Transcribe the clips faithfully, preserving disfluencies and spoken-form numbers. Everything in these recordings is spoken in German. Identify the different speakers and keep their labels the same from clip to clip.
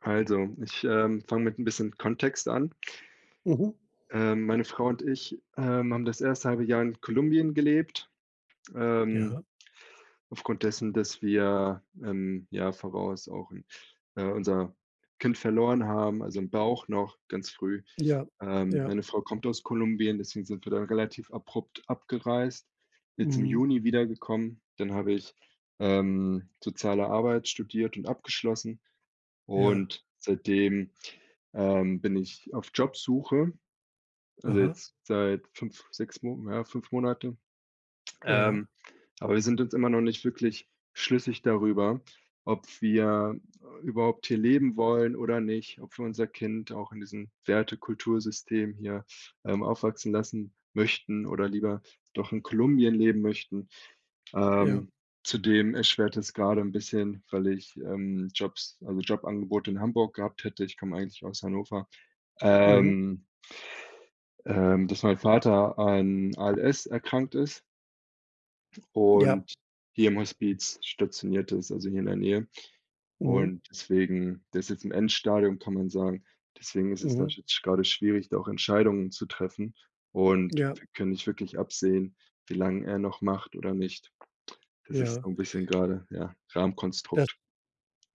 Speaker 1: Also, ich, ähm, fange mit ein bisschen Kontext an.
Speaker 2: Mhm.
Speaker 1: Ähm, meine Frau und ich, ähm, haben das erste halbe Jahr in Kolumbien gelebt, ähm,
Speaker 2: Ja,
Speaker 1: aufgrund dessen, dass wir im Jahr voraus auch 'n äh, unser Kind verloren haben, also, im Bauch noch ganz früh.
Speaker 2: ja,
Speaker 1: Ähm,
Speaker 2: ja,
Speaker 1: meine Frau kommt aus Kolumbien, deswegen sind wir dann relativ abrupt abgereist, jetzt im
Speaker 2: mhm,
Speaker 1: Juni wiedergekommen. Dann habe ich, ähm, soziale Arbeit studiert und abgeschlossen.
Speaker 2: ja,
Speaker 1: Und seitdem, ähm, bin ich auf Jobsuche, also
Speaker 2: aha,
Speaker 1: jetzt seit fünf, sechs Monaten, ja, fünf Monate.
Speaker 2: ja,
Speaker 1: Ähm, aber wir sind uns immer noch nicht wirklich schlüssig darüber, ob wir äh, überhaupt hier leben wollen oder nicht, ob wir unser Kind auch in diesem Werte-Kultursystem hier, ähm, aufwachsen lassen möchten oder lieber doch in Kolumbien leben möchten.
Speaker 2: ja,
Speaker 1: Ähm, zudem erschwert es gerade ein bisschen, weil ich, ähm, Jobs also Jobangebote in Hamburg gehabt hätte. Ich komme eigentlich aus Hannover.
Speaker 2: mhm,
Speaker 1: Ähm, ähm, dass mein Vater an A L S erkrankt ist
Speaker 2: ja,
Speaker 1: und hier im Hospiz stationiert ist, also hier in der Nähe.
Speaker 2: mhm,
Speaker 1: Und deswegen der ist jetzt im Endstadium, kann man sagen. Deswegen ist es
Speaker 2: mhm,
Speaker 1: natürlich jetzt gerade schwierig, da auch Entscheidungen zu treffen. Und
Speaker 2: ja,
Speaker 1: wir können nicht wirklich absehen, wie lange er noch macht oder nicht. Das ist
Speaker 2: ja.
Speaker 1: so 'n bisschen gerade, ja,
Speaker 2: Das
Speaker 1: Rahmenkonstrukt.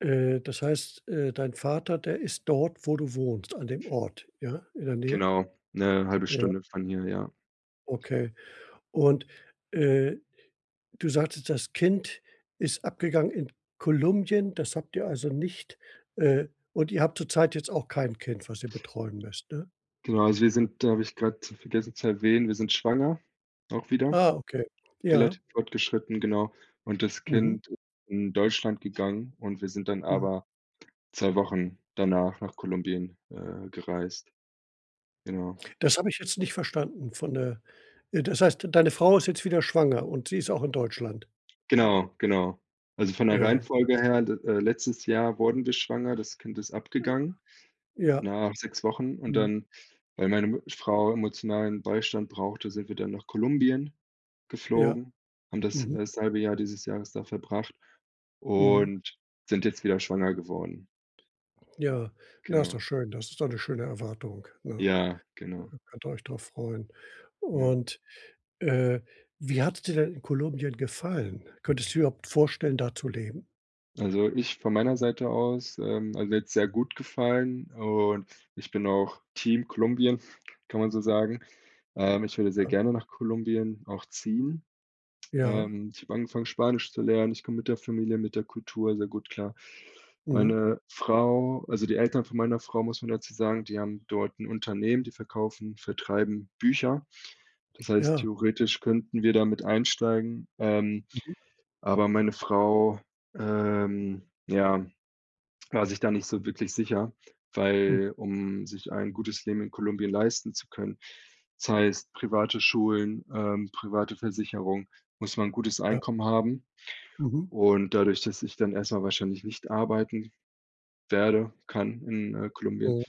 Speaker 2: äh, das heißt, äh, dein Vater, der ist dort, wo du wohnst, an dem Ort, ja, in der Nähe?
Speaker 1: Genau, eine halbe
Speaker 2: Ja,
Speaker 1: Stunde von hier, ja.
Speaker 2: okay. Und, äh, du sagtest, das Kind ist abgegangen in Kolumbien, das habt ihr also nicht äh, und ihr habt zurzeit jetzt auch kein Kind, was ihr betreuen müsst, ne?
Speaker 1: Genau, also wir sind da habe ich gerade vergessen zu erwähnen, wir sind schwanger, auch wieder.
Speaker 2: Ah, okay. Ja,
Speaker 1: Relativ fortgeschritten, genau. Und das
Speaker 2: mhm,
Speaker 1: Kind ist in Deutschland gegangen und wir sind dann
Speaker 2: mhm.
Speaker 1: aber zwei Wochen danach nach Kolumbien, äh, gereist. Genau.
Speaker 2: Das habe ich jetzt nicht verstanden von der äh, das heißt, deine Frau ist jetzt wieder schwanger und sie ist auch in Deutschland?
Speaker 1: Genau, genau. Also, von der
Speaker 2: Ja,
Speaker 1: Reihenfolge her, d äh, letztes Jahr wurden wir schwanger, das Kind ist abgegangen
Speaker 2: ja,
Speaker 1: nach sechs Wochen und
Speaker 2: mhm,
Speaker 1: dann, weil meine Mu Frau emotionalen Beistand brauchte, sind wir dann nach Kolumbien
Speaker 2: ja,
Speaker 1: geflogen, haben das,
Speaker 2: mhm,
Speaker 1: äh, das halbe Jahr dieses Jahres da verbracht
Speaker 2: mhm,
Speaker 1: und sind jetzt wieder schwanger geworden.
Speaker 2: ja. Na, ist doch
Speaker 1: Genau.
Speaker 2: schön. Das ist doch 'ne schöne Erwartung, ne?
Speaker 1: Ja, genau.
Speaker 2: Könnt ihr euch drauf freuen.
Speaker 1: Ja.
Speaker 2: Und, äh, wie hat's dir denn in Kolumbien gefallen? Könntest du dir überhaupt vorstellen, da zu leben?
Speaker 1: Also, ich von meiner Seite aus, ähm also, mir sehr gut gefallen und ich bin auch Team Kolumbien, kann man so sagen. Ähm, ich würde sehr
Speaker 2: Ja,
Speaker 1: gerne nach Kolumbien auch ziehen.
Speaker 2: ja,
Speaker 1: Ähm, ich habe angefangen, Spanisch zu lernen. Ich komme mit der Familie, mit der Kultur sehr gut klar.
Speaker 2: mhm,
Speaker 1: Meine Frau also, die Eltern von meiner Frau, muss man dazu sagen, die haben dort ein Unternehmen, die verkaufen vertreiben Bücher. Das heißt,
Speaker 2: ja,
Speaker 1: theoretisch könnten wir damit einsteigen. Ähm
Speaker 2: mhm,
Speaker 1: Aber meine Frau, ähm, ja, war sich da nicht so wirklich sicher,
Speaker 2: hm,
Speaker 1: weil um sich ein gutes Leben in Kolumbien leisten zu können, das heißt private Schulen, ähm, private Versicherung, muss man ein gutes
Speaker 2: ja,
Speaker 1: Einkommen haben.
Speaker 2: mhm,
Speaker 1: Und dadurch, dass ich dann erstmal wahrscheinlich nicht arbeiten werde kann in, äh, Kolumbien,
Speaker 2: mhm,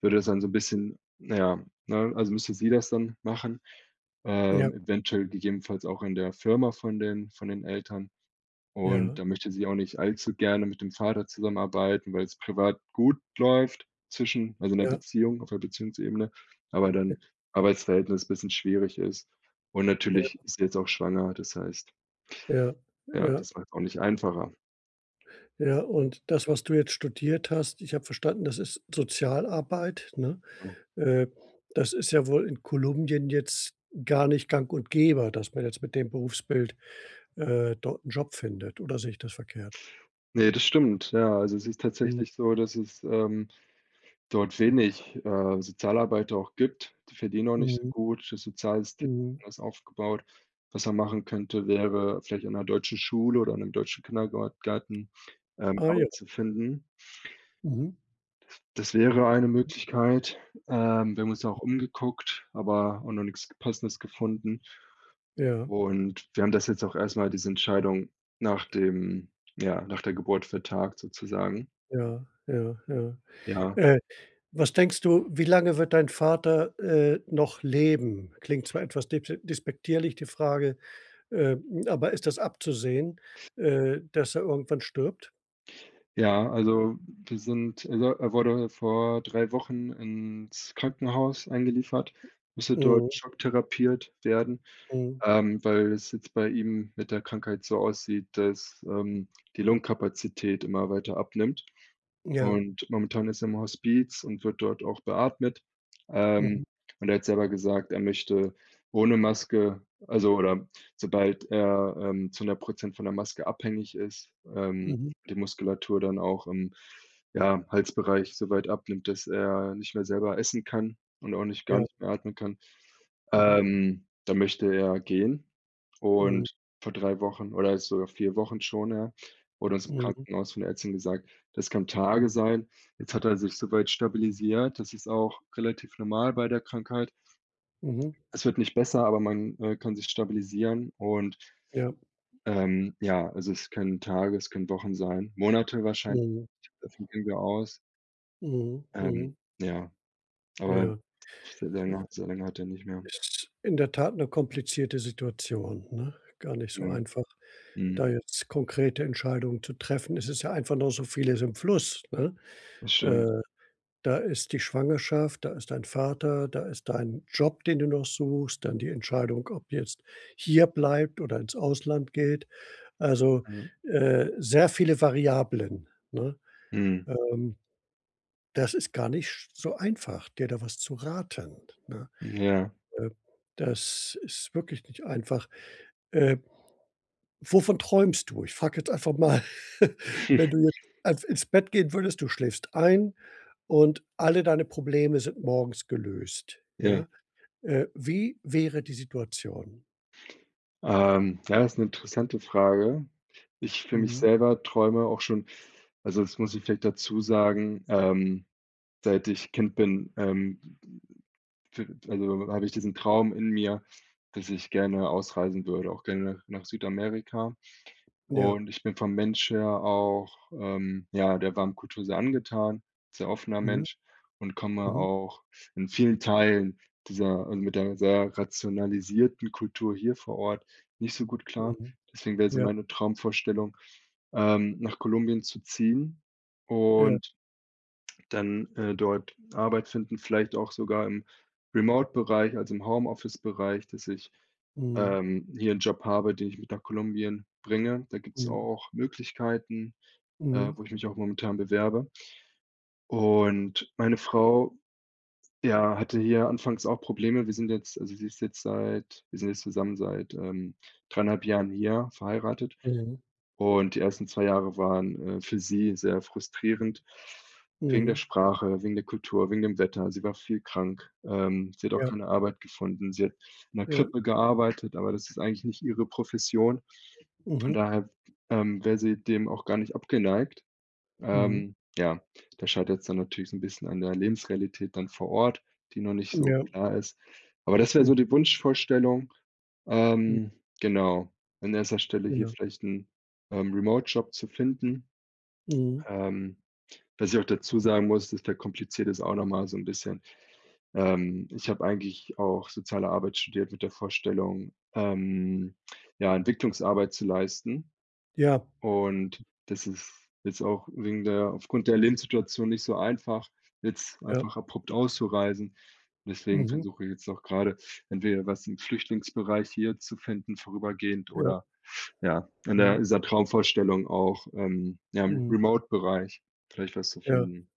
Speaker 1: würde das dann so ein bisschen na ja, ne, also müsste sie das dann machen,
Speaker 2: ja,
Speaker 1: ähm, eventuell gegebenenfalls auch in der Firma von den von den Eltern.
Speaker 2: ja,
Speaker 1: Und da möchte sie auch nicht allzu gerne mit dem Vater zusammenarbeiten, weil es privat gut läuft zwischen also in der
Speaker 2: ja,
Speaker 1: Beziehung, auf der Beziehungsebene, aber dann Arbeitsverhältnis ein bisschen schwierig ist. Und
Speaker 2: ja,
Speaker 1: natürlich ist sie jetzt auch schwanger, das heißt,
Speaker 2: ja, ja,
Speaker 1: ja,
Speaker 2: ja.
Speaker 1: das war jetzt auch nicht einfacher,
Speaker 2: Ja, und das, was du jetzt studiert hast ich habe verstanden, das ist Sozialarbeit, ne?
Speaker 1: ne?
Speaker 2: Äh, Das ist ja wohl in Kolumbien jetzt gar nicht gang und gäbe, dass man jetzt mit dem Berufsbild, äh, dort einen Job findet, oder sehe ich das verkehrt?
Speaker 1: Ne, das stimmt, ja. Also, es ist
Speaker 2: Mhm,
Speaker 1: tatsächlich so, dass es, ähm dort wenig, äh, Sozialarbeiter auch gibt. Die verdienen auch nicht so
Speaker 2: mhm,
Speaker 1: gut. Das Sozialsystem ist
Speaker 2: mhm.
Speaker 1: anders aufgebaut. Was man machen könnte, wäre vielleicht an einer deutschen Schule oder an 'nem deutschen Kindergarten ähm,
Speaker 2: Ah ja,
Speaker 1: Arbeit zu finden.
Speaker 2: mhm.
Speaker 1: Das wäre eine Möglichkeit. Ähm, wir haben uns auch umgeguckt, aber auch noch nichts Passendes gefunden.
Speaker 2: Ja,
Speaker 1: Und wir haben das jetzt auch erstmal diese Entscheidung nach dem ja, nach der Geburt vertagt sozusagen.
Speaker 2: ja, ja, ja.
Speaker 1: Ja. Ja,
Speaker 2: Äh, Was denkst du, wie lange wird dein Vater, äh, noch leben? Klingt zwar etwas depse despektierlich die Frage, ähm, aber ist das abzusehen, äh, dass er irgendwann stirbt?
Speaker 1: ja, also wir sind also, er wurde vor drei Wochen ins Krankenhaus eingeliefert, musste dort
Speaker 2: Mhm,
Speaker 1: schocktherapiert werden,
Speaker 2: mhm.
Speaker 1: ähm, weil es jetzt bei ihm mit der Krankheit so aussieht, dass, ähm, die Lungenkapazität immer weiter abnimmt.
Speaker 2: Ja.
Speaker 1: Und momentan ist er im Hospiz und wird dort auch beatmet. Ähm,
Speaker 2: Mhm,
Speaker 1: und er hat selber gesagt, er möchte ohne Maske also, oder sobald er, ähm, zu hundert Prozent von der Maske abhängig ist, ähm,
Speaker 2: mhm.
Speaker 1: die Muskulatur dann auch im, ja, Halsbereich so weit abnimmt, dass er nicht mehr selber essen kann und auch nicht gar
Speaker 2: Ja.
Speaker 1: nicht mehr atmen kann,
Speaker 2: Mhm,
Speaker 1: ähm, da möchte er gehen.
Speaker 2: mhm,
Speaker 1: Und vor drei Wochen oder jetzt sogar vier Wochen schon, ja, wurde uns im
Speaker 2: mhm,
Speaker 1: Krankenhaus von der Ärztin gesagt, das kann Tage sein. Jetzt hat er sich soweit stabilisiert. Das ist auch relativ normal bei der Krankheit.
Speaker 2: mhm.
Speaker 1: Es wird nicht besser, aber man, äh, kann sich stabilisieren und,
Speaker 2: Ja.
Speaker 1: ähm, ja, also es können Tage, es können Wochen sein, Monate wahrscheinlich,
Speaker 2: Mhm,
Speaker 1: davon gehen wir aus.
Speaker 2: mhm,
Speaker 1: Ähm,
Speaker 2: mhm.
Speaker 1: ja, aber
Speaker 2: Ja.
Speaker 1: sehr lange so lange hat er nicht mehr.
Speaker 2: Ist in der Tat 'ne komplizierte Situation, ne? Gar nicht so
Speaker 1: Ja,
Speaker 2: einfach,
Speaker 1: mhm.
Speaker 2: da jetzt konkrete Entscheidungen zu treffen. Es ist ja einfach noch so vieles im Fluss, ne?
Speaker 1: Das stimmt.
Speaker 2: Äh, Da ist die Schwangerschaft, da ist dein Vater, da ist dein Job, den du noch suchst, dann die Entscheidung, ob jetzt hier bleibt oder ins Ausland geht. Also,
Speaker 1: Ja.
Speaker 2: äh, sehr viele Variablen, ne?
Speaker 1: Mhm.
Speaker 2: Ähm, Das ist gar nicht sch so einfach, dir da was zu raten, ne?
Speaker 1: Ja.
Speaker 2: Äh, Das ist wirklich nicht einfach. Äh, Wovon träumst du? Ich frage jetzt einfach mal, wenn du jetzt einf ins Bett gehen würdest, du schläfst ein und alle deine Probleme sind morgens gelöst,
Speaker 1: Ja.
Speaker 2: ja? Äh, wie wäre die Situation?
Speaker 1: Ähm, ja, das ist 'ne interessante Frage. Ich für mich
Speaker 2: Mhm.
Speaker 1: selber träume auch schon also, das muss ich vielleicht dazu sagen, ähm, seit ich Kind bin, ähm, f also, habe ich diesen Traum in mir, dass ich gerne ausreisen würde, auch gerne nach Südamerika.
Speaker 2: Ja.
Speaker 1: Und ich bin vom Mensch her auch, ähm, ja, der warmen Kultur sehr angetan, sehr offener
Speaker 2: Mhm.
Speaker 1: Mensch und komme
Speaker 2: Mhm.
Speaker 1: auch in vielen Teilen dieser also, mit der sehr rationalisierten Kultur hier vor Ort nicht so gut klar.
Speaker 2: Mhm.
Speaker 1: Deswegen wäre so
Speaker 2: Ja,
Speaker 1: meine Traumvorstellung, ähm, nach Kolumbien zu ziehen
Speaker 2: ja.
Speaker 1: und dann äh, dort Arbeit finden, vielleicht auch sogar im Remote-Bereich, also im Homeoffice-Bereich, dass ich
Speaker 2: Mhm.
Speaker 1: ähm, hier einen Job habe, den ich mit nach Kolumbien bringe. Da gibt es
Speaker 2: Mhm.
Speaker 1: auch Möglichkeiten, äh,
Speaker 2: Mhm.
Speaker 1: wo ich mich auch momentan bewerbe. Und meine Frau, ja, hatte hier anfangs auch Probleme. Wir sind jetzt also, sie ist jetzt seit wir sind jetzt zusammen seit, ähm, drei Komma fünf Jahren hier, verheiratet.
Speaker 2: Mhm.
Speaker 1: Und die ersten zwei Jahre waren, äh, für sie sehr frustrierend wegen der
Speaker 2: Mhm.
Speaker 1: Sprache, wegen der Kultur, wegen dem Wetter. Sie war viel krank. Ähm, sie hat auch
Speaker 2: Ja,
Speaker 1: keine Arbeit gefunden. Sie hat in der
Speaker 2: ja.
Speaker 1: Krippe gearbeitet, aber das ist eigentlich nicht ihre Profession. Von
Speaker 2: Mhm,
Speaker 1: daher, ähm, wäre sie dem auch gar nicht abgeneigt.
Speaker 2: mhm.
Speaker 1: Ähm, ja, da scheitert's dann natürlich so 'n bisschen an der Lebensrealität dann vor Ort, die noch nicht so
Speaker 2: Ja,
Speaker 1: klar ist. Aber das wäre
Speaker 2: mhm,
Speaker 1: so die Wunschvorstellung.
Speaker 2: mhm,
Speaker 1: Ähm, genau. An erster Stelle hier
Speaker 2: ja,
Speaker 1: vielleicht 'n, ähm, Remote-Job zu finden.
Speaker 2: mhm.
Speaker 1: Ähm, was ich auch dazu sagen muss, das verkompliziert es auch noch mal so 'n bisschen. Ähm, ich habe eigentlich auch Soziale Arbeit studiert mit der Vorstellung, ähm, ja, Entwicklungsarbeit zu leisten.
Speaker 2: Ja,
Speaker 1: Und das ist jetzt auch wegen der aufgrund der Lebenssituation nicht so einfach, jetzt
Speaker 2: ja,
Speaker 1: einfach abrupt auszureisen. Deswegen
Speaker 2: mhm,
Speaker 1: versuche ich jetzt auch gerade, entweder was im Flüchtlingsbereich hier zu finden vorübergehend
Speaker 2: ja,
Speaker 1: oder, ja, in der
Speaker 2: mhm,
Speaker 1: dieser Traumvorstellung auch, ähm, ja, im
Speaker 2: mhm,
Speaker 1: Remote-Bereich vielleicht was zu
Speaker 2: ja.
Speaker 1: finden.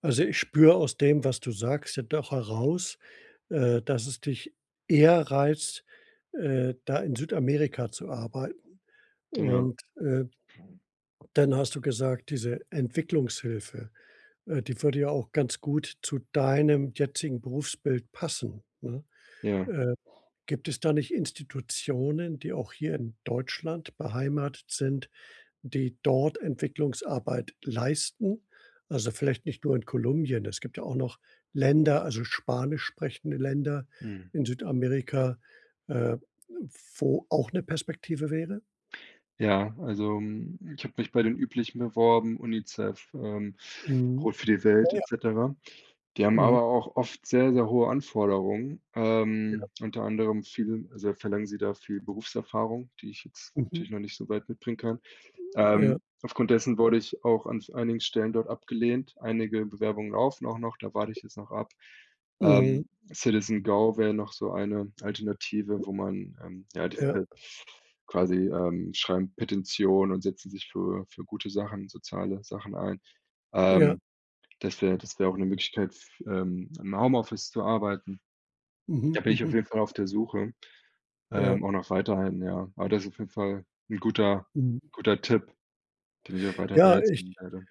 Speaker 2: Also, ich spüre aus dem, was du sagst, ja doch heraus, äh, dass es dich eher reizt, äh, da in Südamerika zu arbeiten.
Speaker 1: Genau,
Speaker 2: Und, äh, dann hast du gesagt, diese Entwicklungshilfe, äh, die würde ja auch ganz gut zu deinem jetzigen Berufsbild passen, ne?
Speaker 1: ja.
Speaker 2: Äh Gibt es da nicht Institutionen, die auch hier in Deutschland beheimatet sind, die dort Entwicklungsarbeit leisten? Also, vielleicht nicht nur in Kolumbien. Es gibt ja auch noch Länder, also spanisch sprechende Länder
Speaker 1: Mhm.
Speaker 2: in Südamerika, äh, wo auch eine Perspektive wäre?
Speaker 1: Ja, also, hm, ich habe mich bei den üblichen beworben, UNICEF, ähm,
Speaker 2: Mhm,
Speaker 1: Brot für die Welt et cetera. Die haben
Speaker 2: mhm,
Speaker 1: aber auch oft sehr, sehr hohe Anforderungen. Ähm, unter anderem viel also, verlangen sie da viel Berufserfahrung, die ich jetzt natürlich
Speaker 2: mhm,
Speaker 1: noch nicht so weit mitbringen kann.
Speaker 2: ja,
Speaker 1: Ähm, aufgrund dessen wurde ich auch an einigen Stellen dort abgelehnt. Einige Bewerbungen laufen auch noch, da warte ich jetzt noch ab.
Speaker 2: mhm,
Speaker 1: Ähm, Citizen Go wäre noch so eine Alternative, wo man, ähm, ja, diese
Speaker 2: ja,
Speaker 1: quasi, ähm, schreiben Petitionen und setzen sich für für gute Sachen, soziale Sachen ein.
Speaker 2: ja,
Speaker 1: Ähm das wäre das wäre auch 'ne Möglichkeit, f ähm, im Homeoffice zu arbeiten.
Speaker 2: mhm,
Speaker 1: Da bin
Speaker 2: mhm,
Speaker 1: ich auf
Speaker 2: mhm,
Speaker 1: jeden Fall auf der Suche,
Speaker 2: ja,
Speaker 1: ähm, auch noch weiterhin, ja. Aber das ist auf jeden Fall 'n guter
Speaker 2: mhm.
Speaker 1: guter Tipp, den ich auch weiter
Speaker 2: Ja, ich
Speaker 1: beherzigen werde.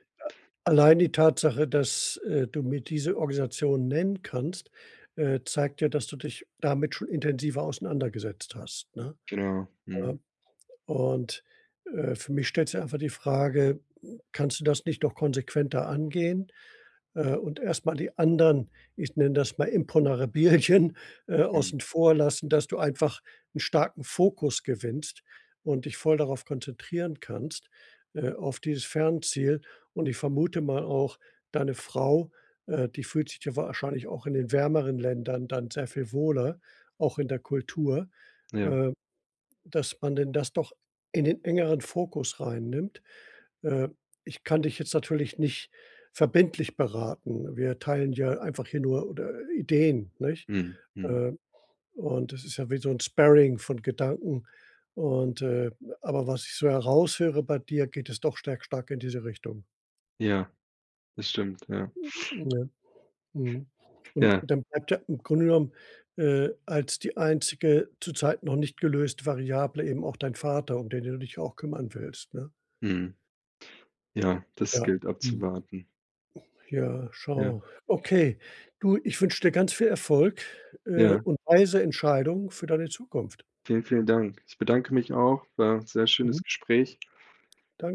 Speaker 2: Allein die Tatsache, dass, äh, du mir diese Organisation nennen kannst, äh, zeigt ja, dass du dich damit schon intensiver auseinandergesetzt hast, ne?
Speaker 1: Genau.
Speaker 2: Äh,
Speaker 1: Mhm.
Speaker 2: und, äh, für mich stellt sich einfach die Frage, kannst du das nicht noch konsequenter angehen? Äh, und erst mal die anderen, ich nenne das mal Imponderabilien, äh,
Speaker 1: Mhm.
Speaker 2: außen vor lassen, dass du einfach einen starken Fokus gewinnst und dich voll darauf konzentrieren kannst, äh, auf dieses Fernziel. Und ich vermute mal auch, deine Frau, äh, die fühlt sich ja wahrscheinlich auch in den wärmeren Ländern dann sehr viel wohler, auch in der Kultur,
Speaker 1: Ja.
Speaker 2: äh, dass man denn das doch in den engeren Fokus reinnimmt äh, ich kann dich jetzt natürlich nicht verbindlich beraten. Wir teilen ja einfach hier nur oder Ideen, nicht?
Speaker 1: Mhm. Mhm.
Speaker 2: Äh, und es ist ja wie so 'n Sparring von Gedanken und, äh aber was ich so heraushöre bei dir, geht es doch stark stark in diese Richtung,
Speaker 1: Ja, das stimmt, ja.
Speaker 2: ne? Mhm. Und
Speaker 1: Ja.
Speaker 2: dann bleibt ja im Grunde genommen, äh, als die einzige zurzeit noch nicht gelöste Variable eben auch dein Vater, um den du dich auch kümmern willst, ne?
Speaker 1: Mhm. Ja, das
Speaker 2: Ja.
Speaker 1: gilt
Speaker 2: Mhm.
Speaker 1: abzuwarten.
Speaker 2: Ja,
Speaker 1: Ja.
Speaker 2: schau. Okay. Du, ich wünsche dir ganz viel Erfolg, äh,
Speaker 1: Ja.
Speaker 2: und weise Entscheidungen für deine Zukunft.
Speaker 1: Vielen, vielen Dank. Ich bedanke mich auch. War 'n sehr
Speaker 2: Mhm.
Speaker 1: schönes Gespräch.
Speaker 2: Danke.